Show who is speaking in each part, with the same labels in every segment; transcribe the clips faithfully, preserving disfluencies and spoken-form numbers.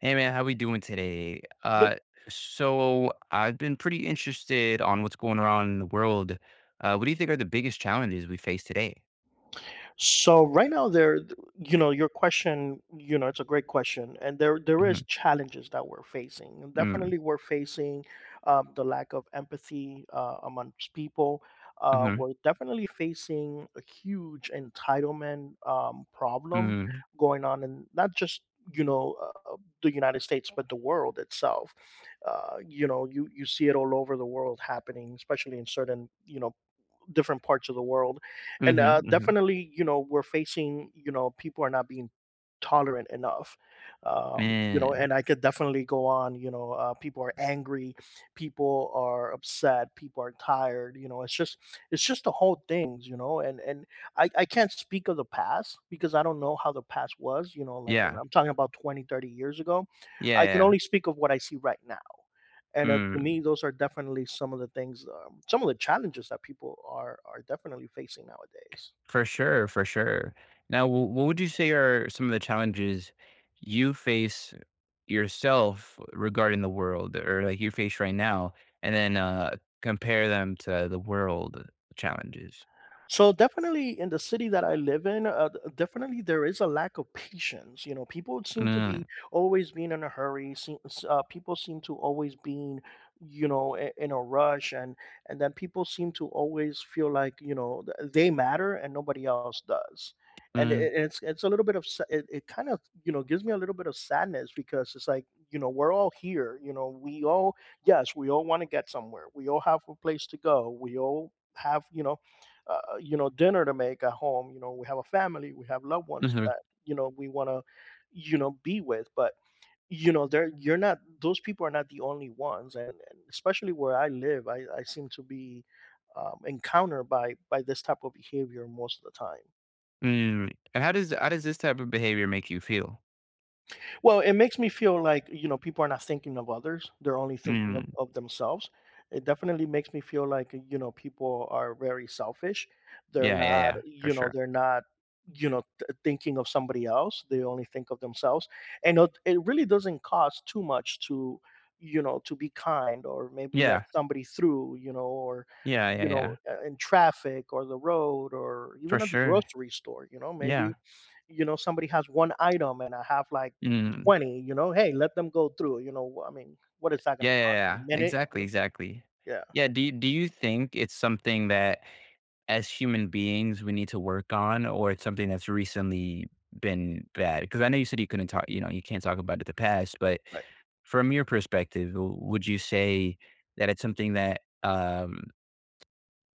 Speaker 1: Hey man, how we doing today?
Speaker 2: The-
Speaker 1: Uh, so I've been pretty interested on what's going on in the world. Uh, what do you think are the biggest challenges we face today?
Speaker 2: So right now, there you know your question, you know it's a great question. And there there is
Speaker 1: Mhm.
Speaker 2: challenges that we're facing, and
Speaker 1: Mm.
Speaker 2: definitely we're facing um, the lack of empathy uh, amongst people. Uh,
Speaker 1: Mhm.
Speaker 2: we're definitely facing a huge entitlement um, problem
Speaker 1: Mm.
Speaker 2: going on in not just you know uh, uh, the United States, but the world itself. Uh, you know, you you see it all over the world happening, especially in certain, you know, different parts of the world. And
Speaker 1: Mhm.
Speaker 2: uh,
Speaker 1: Mhm.
Speaker 2: definitely, you know, we're facing, you know, people are not being tolerant enough. Um you know,
Speaker 1: Man.
Speaker 2: and I could definitely go on, you know. Uh, people are angry, people are upset, people are tired. You know, it's just, it's just the whole things, you know. And and i i can't speak of the past because I don't know how the past was, you know, like. And
Speaker 1: Yeah,
Speaker 2: I'm talking about twenty, thirty years ago.
Speaker 1: yeah,
Speaker 2: I can
Speaker 1: yeah.
Speaker 2: only speak of what I see right now. And uh, to
Speaker 1: Mm,
Speaker 2: me, those are definitely some of the things, um, some of the challenges that people are are definitely facing nowadays.
Speaker 1: for sure, for sure. Now, wh- what would you say are some of the challenges you face yourself regarding the world, or like you face right now, and then uh, compare them to the world challenges?
Speaker 2: So definitely in the city that I live in, uh, th- definitely there is a lack of patience. You know, people seem to
Speaker 1: Mm.
Speaker 2: be always being in a hurry. Seems, uh, people seem to always being, you know, i- in a rush. and and then people seem to always feel like, you know, th- they matter and nobody else does. And it,
Speaker 1: Mm.
Speaker 2: it- it's it's a little bit of sa- it, it kind of, you know, gives me a little bit of sadness, because it's like, you know, we're all here. You know, we all, yes, we all want to get somewhere. We all have a place to go. We all have, you know, uh, uh, you know, dinner to make at home. You know, we have a family, we have loved ones
Speaker 1: Mhm.
Speaker 2: that, you know, we want to, you know, be with. But you know, they're, you're not. Those people are not the only ones. And, and especially where I live, I, I seem to be um, encountered by by this type of behavior most of the time.
Speaker 1: Mm, and how does how does this type of behavior make you feel?
Speaker 2: Well, it makes me feel like, you know, people are not thinking of others. They're only thinking of,
Speaker 1: Mm,
Speaker 2: of themselves. It definitely makes me feel like, you know, people are very selfish. They're
Speaker 1: yeah, yeah,
Speaker 2: not,
Speaker 1: yeah, for
Speaker 2: you know,
Speaker 1: sure.
Speaker 2: they're not, you know, th- thinking of somebody else. They only think of themselves. And it, it really doesn't cost too much to, you know, to be kind, or maybe let
Speaker 1: Yeah,
Speaker 2: somebody through, you know, or,
Speaker 1: yeah, yeah,
Speaker 2: you
Speaker 1: yeah,
Speaker 2: know, uh, in traffic or the road, or
Speaker 1: for
Speaker 2: even at the
Speaker 1: sure.
Speaker 2: grocery store. You know,
Speaker 1: Yeah.
Speaker 2: maybe, you know, somebody has one item and I have like
Speaker 1: Mm,
Speaker 2: twenty, you know. Hey, let them go through, you know. I mean, what is that gonna
Speaker 1: yeah,
Speaker 2: cost me, a
Speaker 1: yeah, yeah,
Speaker 2: minute, you
Speaker 1: exactly,
Speaker 2: know?
Speaker 1: exactly.
Speaker 2: Yeah,
Speaker 1: Yeah, do you do you think it's something that as human beings we need to work on, or it's something that's recently been bad? Because I know you said you couldn't talk, you know, you can't talk about it the past, but
Speaker 2: right.
Speaker 1: from your perspective, w- would you say that it's something that um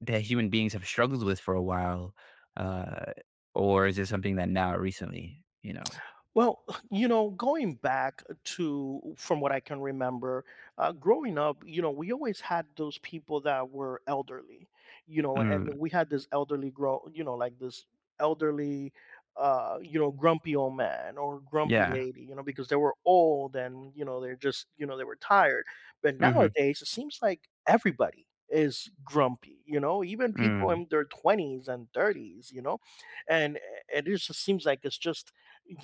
Speaker 1: that human beings have struggled with for a while, uh, or is it something that now recently, you know?
Speaker 2: Well, you know, going back to, from what I can remember, uh, growing up, you know, we always had those people that were elderly. You know,
Speaker 1: Mm,
Speaker 2: and we had this elderly grow, you know, like this elderly, uh, you know, grumpy old man or grumpy
Speaker 1: yeah.
Speaker 2: lady, you know, because they were old, and you know, they're just, you know, they were tired. But
Speaker 1: Mhm.
Speaker 2: nowadays, it seems like everybody is grumpy, you know, even people
Speaker 1: Mm,
Speaker 2: in their twenties and thirties, you know. And eh, it just seems like it's just,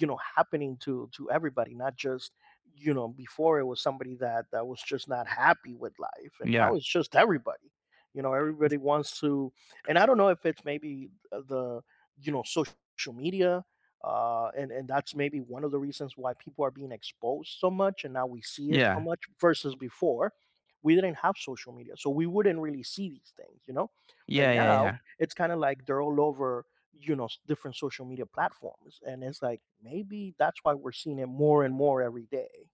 Speaker 2: you know, happening to to everybody, not just, you know. Before it was somebody that that was just not happy with life, and now
Speaker 1: yeah.
Speaker 2: it's just everybody, you know. Everybody wants to, and I don't know if it's maybe the, you know, social media. Uh and and that's maybe one of the reasons why people are being exposed so much, and now we see it so
Speaker 1: Yeah.
Speaker 2: much versus before. We didn't have social media, so we wouldn't really see these things, you know. But
Speaker 1: Yeah, yeah,
Speaker 2: now
Speaker 1: yeah.
Speaker 2: it's kind of like they're all over, you know, s- different social media platforms, and it's like, maybe that's why we're seeing it more and more every day.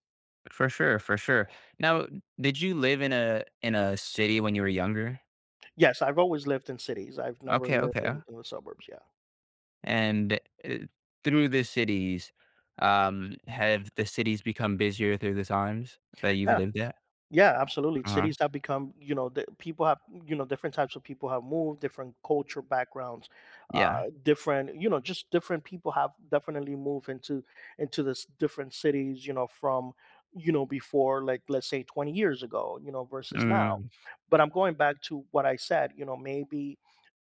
Speaker 1: For sure, for sure. Now, did you live in a in a city when you were younger?
Speaker 2: Yes, I've always lived in cities. I've never
Speaker 1: Okay,
Speaker 2: lived in,
Speaker 1: okay.
Speaker 2: in the suburbs. Yeah.
Speaker 1: And uh, through the cities, um, have the cities become busier through the times that you've
Speaker 2: Yeah,
Speaker 1: lived at?
Speaker 2: yeah, absolutely,
Speaker 1: Uh huh.
Speaker 2: cities have become, you know, the, people have, you know, different types of people have moved, different culture backgrounds. uh
Speaker 1: Yeah.
Speaker 2: Different, you know, just different people have definitely moved into into this different cities, you know, from, you know, before, like let's say twenty years ago, you know, versus now.
Speaker 1: Mm.
Speaker 2: But I'm going back to what I said, you know, maybe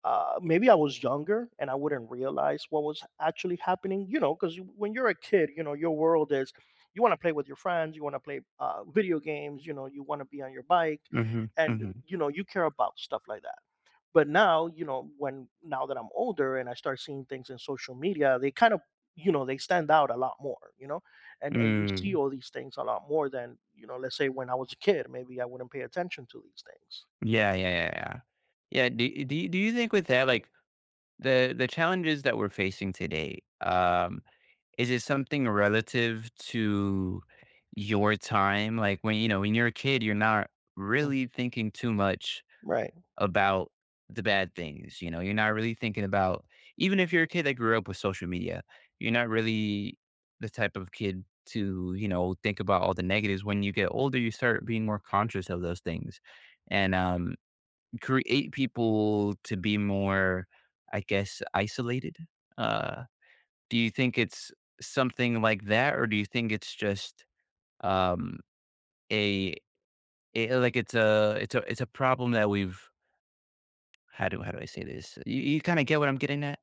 Speaker 2: uh, maybe I was younger and I wouldn't realize what was actually happening, you know, because when you're a kid, you know, your world is, you want to play with your friends, you want to play, uh, video games, you know, you want to be on your bike,
Speaker 1: Mhm.
Speaker 2: and
Speaker 1: Mhm.
Speaker 2: you know, you care about stuff like that. But now, you know, when, now that I'm older and I start seeing things in social media, they kind of, you know, they stand out a lot more, you know. And and you see
Speaker 1: Mm.
Speaker 2: all these things a lot more than, you know, let's say when I was a kid, maybe I wouldn't pay attention to these things.
Speaker 1: Yeah, yeah, yeah, yeah. Yeah, do do you do you think with that, like, the the challenges that we're facing today, um, is it something relative to your time? Like, when, you know, when you're a kid, you're not
Speaker 2: Mhm.
Speaker 1: really thinking too much
Speaker 2: Right.
Speaker 1: about the bad things, you know? You're not really thinking about, even if you're a kid that grew up with social media, you're not really the type of kid to, you know, think about all the negatives. When you get older, you start being more conscious of those things, and, um create people to be more, I guess, isolated? Uh, do you think it's something like that, or do you think it's just um, a, a like it's a it's a it's a problem that we've, how do how do I say this? You, you kind of get what I'm getting at.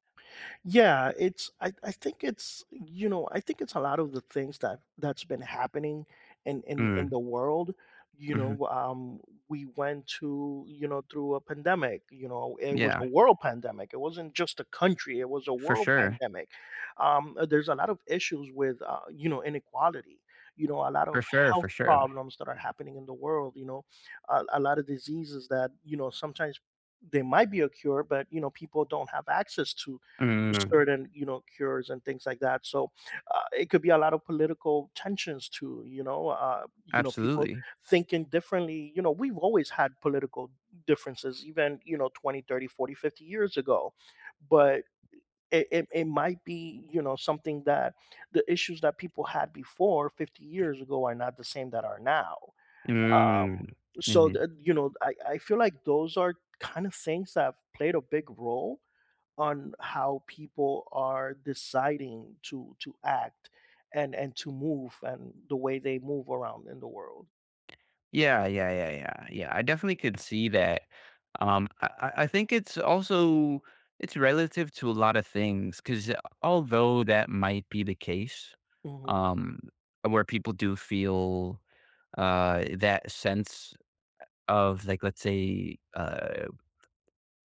Speaker 2: Yeah, it's, I, I think it's, you know, I think it's a lot of the things that that's been happening in in in
Speaker 1: Mm.
Speaker 2: the world. You
Speaker 1: Hmm.
Speaker 2: know, um we went to, you know, through a pandemic. You know, it was a
Speaker 1: Yeah,
Speaker 2: world pandemic. It wasn't just a country, it was a
Speaker 1: for
Speaker 2: world
Speaker 1: sure,
Speaker 2: pandemic. Um uh, there's a lot of issues with, uh, you know, inequality. You know, a lot
Speaker 1: for
Speaker 2: of
Speaker 1: sure,
Speaker 2: health
Speaker 1: for sure.
Speaker 2: problems that are happening in the world, you know. A, a lot of diseases that, you know, sometimes there might be a cure, but, you know, people don't have access to
Speaker 1: Mm,
Speaker 2: certain, you know, cures and things like that. So uh, it could be a lot of political tensions too, you know. Uh, you know, people
Speaker 1: absolutely.
Speaker 2: thinking differently, you know. We've always had political differences, even, you know, twenty, thirty, forty, fifty years ago. But it, it, it might be, you know, something that. The issues that people had before fifty years ago are not the same that are now.
Speaker 1: Mm.
Speaker 2: um, so
Speaker 1: Mhm.
Speaker 2: th- you know, I, I feel like those are kind of things that have played a big role on how people are deciding to to act, and and to move, and the way they move around in the world.
Speaker 1: Yeah, yeah, yeah, yeah, yeah. I definitely could see that. Um, I, I I think it's also, it's relative to a lot of things because although that might be the case,
Speaker 2: Mhm.
Speaker 1: um, where people do feel uh, that sense of, like, let's say, uh,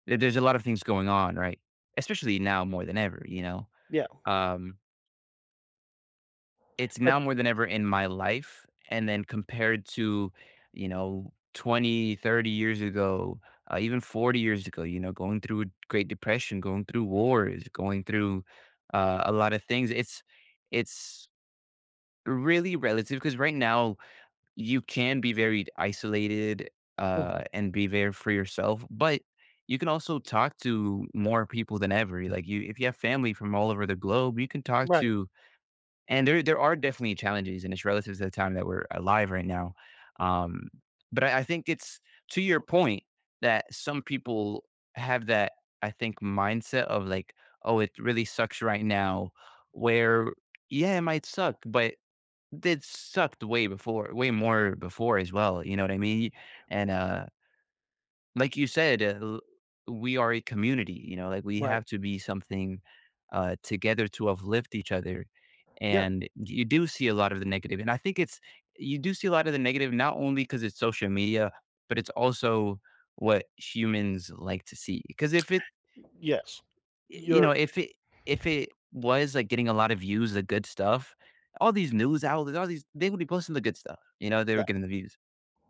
Speaker 1: there- there's a lot of things going on, right? Especially now more than ever, you know.
Speaker 2: Yeah,
Speaker 1: Um, It's
Speaker 2: but
Speaker 1: now more than ever in my life, and then compared to, you know, twenty, thirty years ago, uh, even forty years ago, you know, going through Great Depression, going through wars, going through, uh, a lot of things. It's it's really relative because right now you can be very isolated, uh,
Speaker 2: Mhm.
Speaker 1: and be there for yourself, but you can also talk to more people than ever. Like, you, if you have family from all over the globe, you can talk
Speaker 2: Right,
Speaker 1: to, and there there are definitely challenges, and it's relative to the time that we're alive right now. Um, but I, I think it's, to your point, that some people have that, I think, mindset of like, oh, it really sucks right now. Where, yeah, it might suck, but it sucked way before, way more before as well. You know what I mean? And uh like you said, uh, l- we are a community, you know, like we
Speaker 2: right.
Speaker 1: have to be something uh, together to uplift each other.
Speaker 2: Yeah.
Speaker 1: And you do see a lot of the negative. And I think it's, you do see a lot of the negative, not only because it's social media, but it's also what humans like to see. Because if it,
Speaker 2: Yes.
Speaker 1: you know,
Speaker 2: You're
Speaker 1: if it, if it was like getting a lot of views, the good stuff, all these news outlets, all these, they would be posting the good stuff. You know, they were getting the views,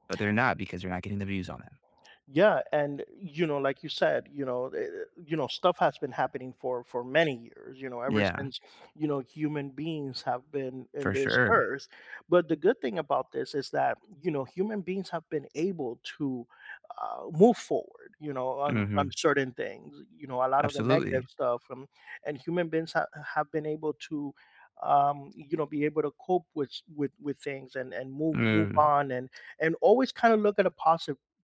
Speaker 1: but they're not because they're not getting the views on them.
Speaker 2: Yeah, and you know, like you said, you know, eh, you know, stuff has been happening for for many years. You know, ever
Speaker 1: Yeah,
Speaker 2: since, you know, human beings have been in
Speaker 1: for
Speaker 2: this
Speaker 1: sure.
Speaker 2: earth. But the good thing about this is that, you know, human beings have been able to, uh, move forward. You know, on
Speaker 1: Hmm.
Speaker 2: on certain things. You know, a lot of the negative
Speaker 1: Absolutely.
Speaker 2: stuff, um, and human beings ha- have been able to um you know, be able to cope with with with things, and and move, move
Speaker 1: Mm.
Speaker 2: on, and and always kind of look at a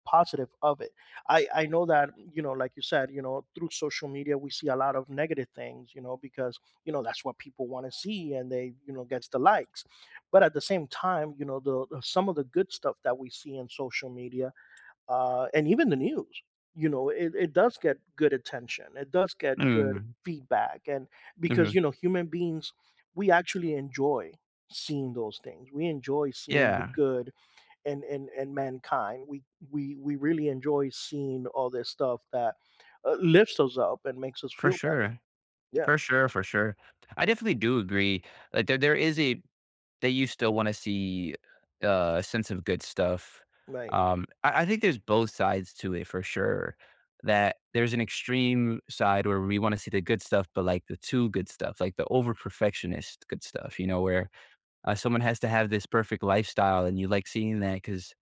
Speaker 2: positive of it. I i know that, you know, like you said, you know, through social media we see a lot of negative things, you know, because, you know, that's what people want to see, and they, you know, gets the likes. But at the same time, you know, the, the- some of the good stuff that we see in social media, uh and even the news, you know, it, it does get good attention, it does get good
Speaker 1: Mm.
Speaker 2: feedback. And because,
Speaker 1: Mhm.
Speaker 2: you know, human beings, we actually enjoy seeing those things, we enjoy seeing the
Speaker 1: Yeah,
Speaker 2: good and and and mankind. We we we really enjoy seeing all this stuff that uh, lifts us up and makes us
Speaker 1: for
Speaker 2: feel better.
Speaker 1: sure.
Speaker 2: Yeah,
Speaker 1: For sure, for sure. I definitely do agree. Like, there there is a that you still wanna see, uh, a sense of good stuff.
Speaker 2: right,
Speaker 1: Um, I I think there's both sides to it for sure, that there's an extreme side where we wanna see the good stuff, but, like, the too good stuff, like, the over perfectionist good stuff, you know, where, Uh, someone has to have this perfect lifestyle, and you like seeing that because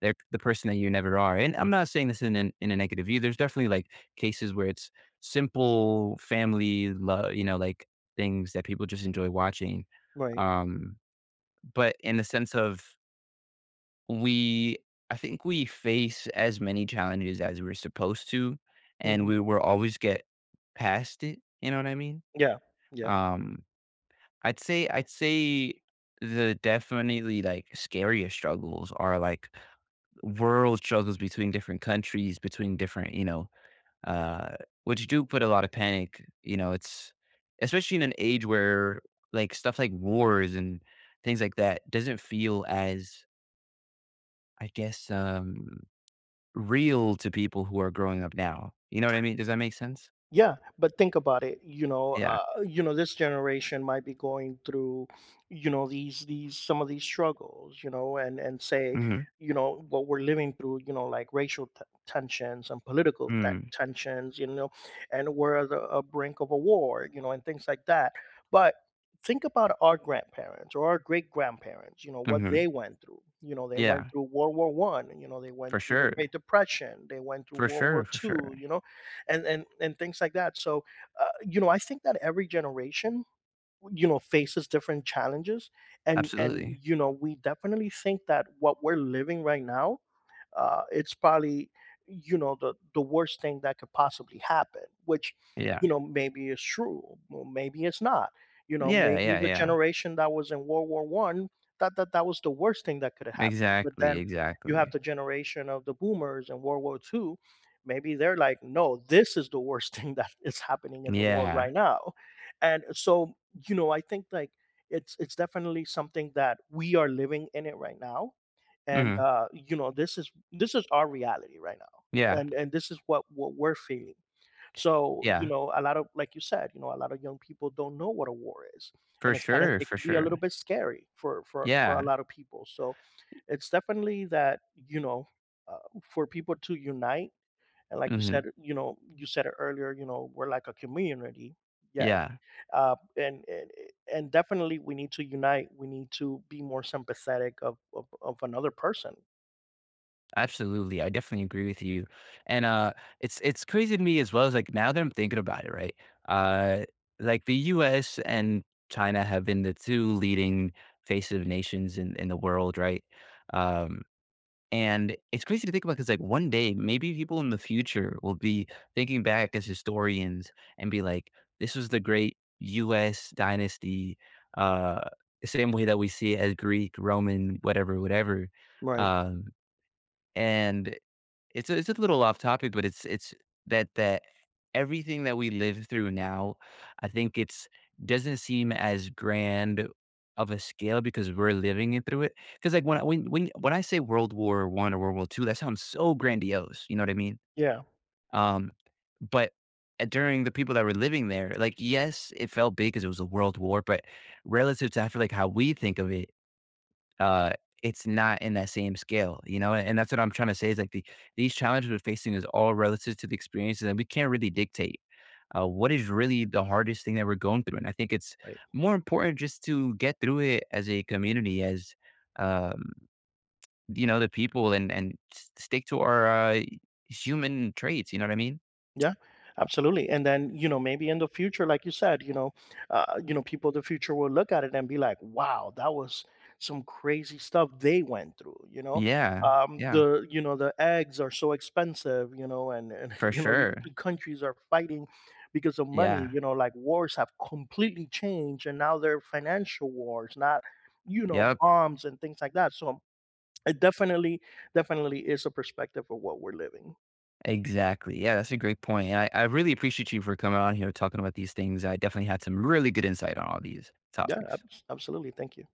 Speaker 1: they're the person that you never are. And I'm not saying this in an, in a negative view. There's definitely like cases where it's simple family love, you know, like things that people just enjoy watching.
Speaker 2: right.
Speaker 1: Um, but in the sense of we, I think we face as many challenges as we're supposed to, and
Speaker 2: Hmm.
Speaker 1: we will always get past it. You know what I mean?
Speaker 2: Yeah, yeah.
Speaker 1: Um, I'd say I'd say the, definitely, like, scarier struggles are, like, world struggles between different countries, between different, you know, uh which do put a lot of panic, you know, it's especially in an age where, like, stuff like wars and things like that doesn't feel as, I guess, um, real to people who are growing up now. You know what I mean? Does that make sense?
Speaker 2: Yeah, but think about it. You know,
Speaker 1: Yeah.
Speaker 2: uh, you know, this generation might be going through, you know, these these some of these struggles. You know, and and say,
Speaker 1: Mhm.
Speaker 2: you know, what we're living through. You know, like racial t- tensions and political t-
Speaker 1: Mm.
Speaker 2: tensions. You know, and we're at the a brink of a war. You know, and things like that. But think about our grandparents or our great grandparents. You know, what
Speaker 1: Mhm.
Speaker 2: they went through. You know, they went
Speaker 1: Yeah.
Speaker 2: through World War One. You know, they
Speaker 1: For
Speaker 2: went through the
Speaker 1: sure.
Speaker 2: Great Depression. They went through
Speaker 1: For
Speaker 2: World
Speaker 1: sure,
Speaker 2: War
Speaker 1: for sure.
Speaker 2: Two. You know, and and and things like that. So, uh, you know, I think that every generation, you know, faces different challenges. And and
Speaker 1: Absolutely.
Speaker 2: you know, we definitely think that what we're living right now, uh, it's probably, you know, the the worst thing that could possibly happen. Which,
Speaker 1: Yeah.
Speaker 2: you know, maybe is true, or maybe it's not, you know.
Speaker 1: Yeah,
Speaker 2: Maybe
Speaker 1: yeah,
Speaker 2: the
Speaker 1: yeah.
Speaker 2: generation that was in World War One, that, that that was the worst thing that could have happened. But
Speaker 1: Exactly,
Speaker 2: then you have
Speaker 1: exactly.
Speaker 2: the generation of the boomers in World War Two. Maybe they're like, no, this is the worst thing that is happening in the world
Speaker 1: Yeah.
Speaker 2: right now. And so, you know, I think like, it's it's definitely something that we are living in it right now. And
Speaker 1: Mhm.
Speaker 2: uh, you know, this is this is our reality right now.
Speaker 1: Yeah,
Speaker 2: and and this is what what we're feeling. So, you
Speaker 1: yeah.
Speaker 2: know, a lot of, like you said, you know, a lot of young people don't know what a war is.
Speaker 1: For
Speaker 2: And it's kind of,
Speaker 1: sure,
Speaker 2: it
Speaker 1: for
Speaker 2: could be a little
Speaker 1: sure.
Speaker 2: bit scary for for for a
Speaker 1: Yeah.
Speaker 2: lot of people. So it's definitely that, you know, uh, for people to unite. And like you
Speaker 1: Mhm.
Speaker 2: said, you know, you said it earlier, you know, we're like a community. Yes.
Speaker 1: Yeah.
Speaker 2: Uh, and, and and definitely we need to unite, we need to be more sympathetic of, of, of another person.
Speaker 1: Absolutely, I definitely agree with you, and, uh, it's it's crazy to me as well as, like, now that I'm thinking about it, right, uh, like, the U S and China have been the two leading face of nations in in the world, right? Um And it's crazy to think about because, like, one day, maybe people in the future will be thinking back as historians and be like, this was the great U S dynasty, uh, same way that we see it as Greek, Roman, whatever, whatever.
Speaker 2: Right.
Speaker 1: Um, and it's a it's a little off topic, but it's it's that that everything that we live through now, I think it's, doesn't seem as grand of a scale because we're living it through it. Because like, when I when when when I say World War One or World War Two, that sounds so grandiose, you know what I mean?
Speaker 2: Yeah.
Speaker 1: Um, but, uh, during the people that were living there, like, yes, it felt big because it was a world war, but relative to, I feel like, how we think of it, uh, it's not in that same scale, you know? And that's what I'm trying to say is like, the, these challenges we're facing is all relative to the experiences, and we can't really dictate uh, what is really the hardest thing that we're going through. And I think it's
Speaker 2: Right.
Speaker 1: more important just to get through it as a community, as, um, you know, the people, and, and s- stick to our uh, human traits. You know what I mean?
Speaker 2: Yeah. Absolutely. And then, you know, maybe in the future, like you said, you know, uh, you know, people in the future will look at it and be like, wow, that was some crazy stuff they went through, you know.
Speaker 1: Yeah.
Speaker 2: Um,
Speaker 1: Yeah.
Speaker 2: the, you know, the eggs are so expensive, you know, and, and
Speaker 1: For
Speaker 2: you know, these
Speaker 1: sure.
Speaker 2: two countries are fighting because of money.
Speaker 1: Yeah.
Speaker 2: You know, like, wars have completely changed, and now they're financial wars, not, you know,
Speaker 1: Yep.
Speaker 2: bombs and things like that. So it definitely, definitely is a perspective of what we're living.
Speaker 1: Exactly. Yeah, that's a great point. And I, I really appreciate you for coming on here talking about these things. I definitely had some really good insight on all these
Speaker 2: Yeah,
Speaker 1: topics.
Speaker 2: abs absolutely, thank you.